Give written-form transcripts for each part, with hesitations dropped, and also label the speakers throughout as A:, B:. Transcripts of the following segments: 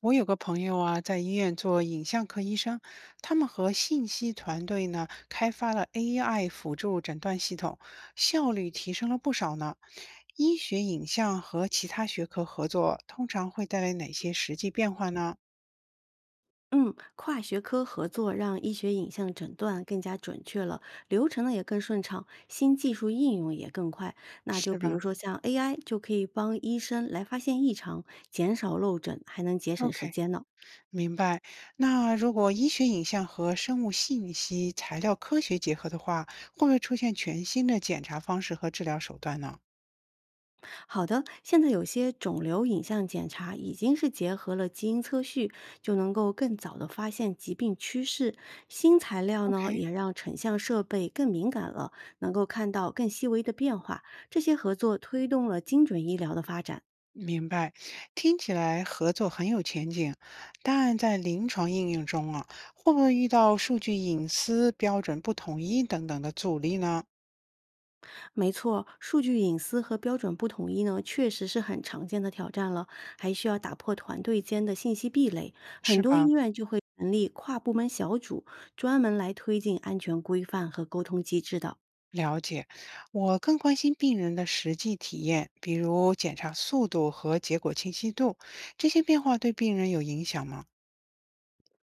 A: 我有个朋友啊，在医院做影像科医生，他们和信息团队呢开发了 AI 辅助诊断系统，效率提升了不少呢。医学影像和其他学科合作，通常会带来哪些实际变化呢？
B: 嗯，跨学科合作让医学影像诊断更加准确了，流程呢也更顺畅，新技术应用也更快。那就
A: 是
B: 比如
A: 吧
B: 说像 AI 就可以帮医生来发现异常，减少漏诊，还能节省时
A: ？OK，
B: 间呢。
A: 明白。那如果医学影像和生物信息材料科学结合的话，会不会出现全新的检查方式和治疗手段呢
B: 好的，现在有些肿瘤影像检查已经是结合了基因测序，就能够更早的发现疾病趋势。新材料呢，
A: ？OK，
B: 也让成像设备更敏感了，能够看到更细微的变化。这些合作推动了精准医疗的发展。
A: 明白，听起来合作很有前景，但在临床应用中啊，会不会遇到数据隐私标准不统一等等的阻力呢？
B: 没错，数据隐私和标准不统一呢，确实是很常见的挑战了，还需要打破团队间的信息壁垒。很
A: 是
B: 多
A: 吧？
B: 医院就会成立跨部门小组，专门来推进安全规范和沟通机制的。
A: 了解，我更关心病人的实际体验，比如检查速度和结果清晰度，这些变化对病人有影响吗？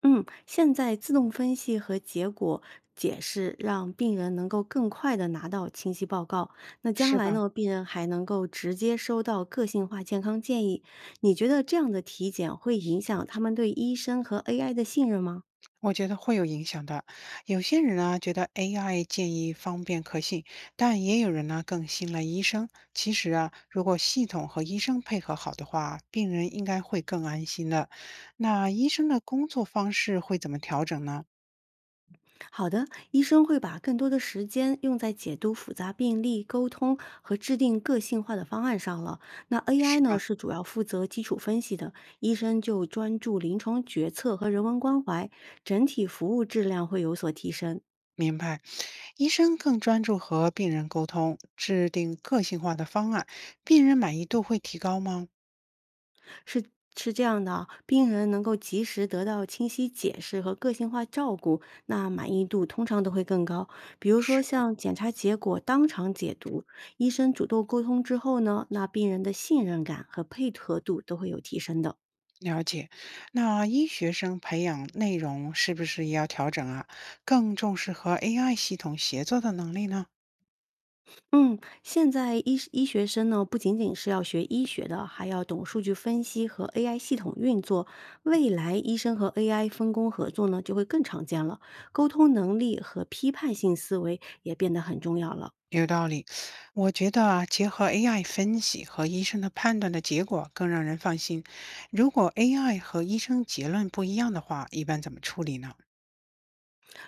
B: 嗯，现在自动分析和结果解释让病人能够更快的拿到清晰报告。那将
A: 是
B: 来
A: 吧？
B: 呢，病人还能够直接收到个性化健康建议。你觉得这样的体检会影响他们对医生和 AI 的信任吗？
A: 我觉得会有影响的。有些人呢觉得 AI 建议方便可信，但也有人呢更信赖医生。其实啊，如果系统和医生配合好的话，病人应该会更安心的。那医生的工作方式会怎么调整呢？
B: 好的，医生会把更多的时间用在解读复杂病例、沟通和制定个性化的方案上了。那 AI
A: 是
B: 呢，
A: 吧？
B: 是主要负责基础分析的，医生就专注临床决策和人文关怀，整体服务质量会有所提升。
A: 明白，医生更专注和病人沟通，制定个性化的方案，病人满意度会提高吗？
B: 是是这样的啊，病人能够及时得到清晰解释和个性化照顾，那满意度通常都会更高。比如
A: 是。
B: 说像检查结果当场解读，医生主动沟通之后呢，那病人的信任感和配合度都会有提升的。
A: 了解，那医学生培养内容是不是也要调整啊？更重视和 AI 系统协作的能力呢？
B: 嗯，现在医学生呢，不仅仅是要学医学的，还要懂数据分析和 AI 系统运作。未来医生和 AI 分工合作呢，就会更常见了。沟通能力和批判性思维也变得很重要了。
A: 有道理，我觉得啊结合 AI 分析和医生的判断的结果更让人放心。如果 AI 和医生结论不一样的话，一般怎么处理呢？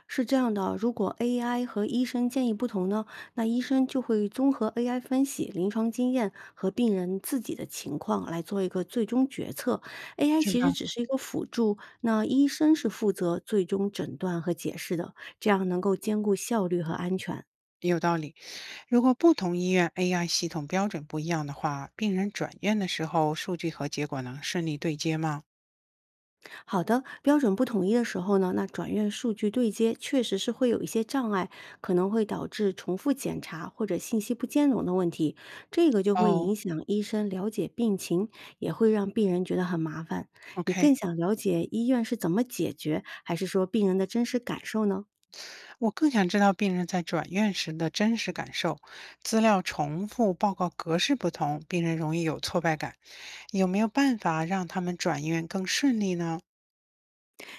B: 是这样的啊，如果 AI 和医生建议不同呢，那医生就会综合 AI 分析、临床经验和病人自己的情况来做一个最终决策。AI
A: 是
B: 其实
A: 吧？
B: 只是一个辅助，那医生是负责最终诊断和解释的，这样能够兼顾效率和安全。
A: 有道理。如果不同医院 AI 系统标准不一样的话，病人转院的时候，数据和结果能顺利对接吗？
B: 好的，标准不统一的时候呢，那转院数据对接确实是会有一些障碍，可能会导致重复检查或者信息不兼容的问题，这个就会
A: 哦
B: 影响医生了解病情，也会让病人觉得很麻烦。你更
A: ，OK。
B: 想了解医院是怎么解决，还是说病人的真实感受呢？
A: 我更想知道病人在转院时的真实感受。资料重复，报告格式不同，病人容易有挫败感。有没有办法让他们转院更顺利呢？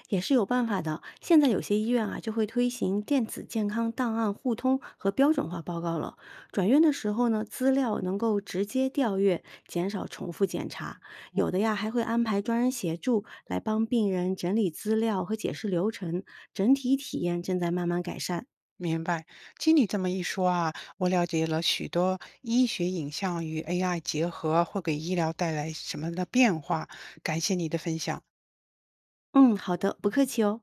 B: 也是有办法的。现在有些医院啊，就会推行电子健康档案互通和标准化报告了。转院的时候呢，资料能够直接调阅，减少重复检查。有的呀，还会安排专人协助来帮病人整理资料和解释流程，整体体验正在慢慢改善。
A: 明白，经你这么一说啊，我了解了许多医学影像与 AI 结合会给医疗带来什么的变化。感谢你的分享。
B: 嗯，好的，不客气哦。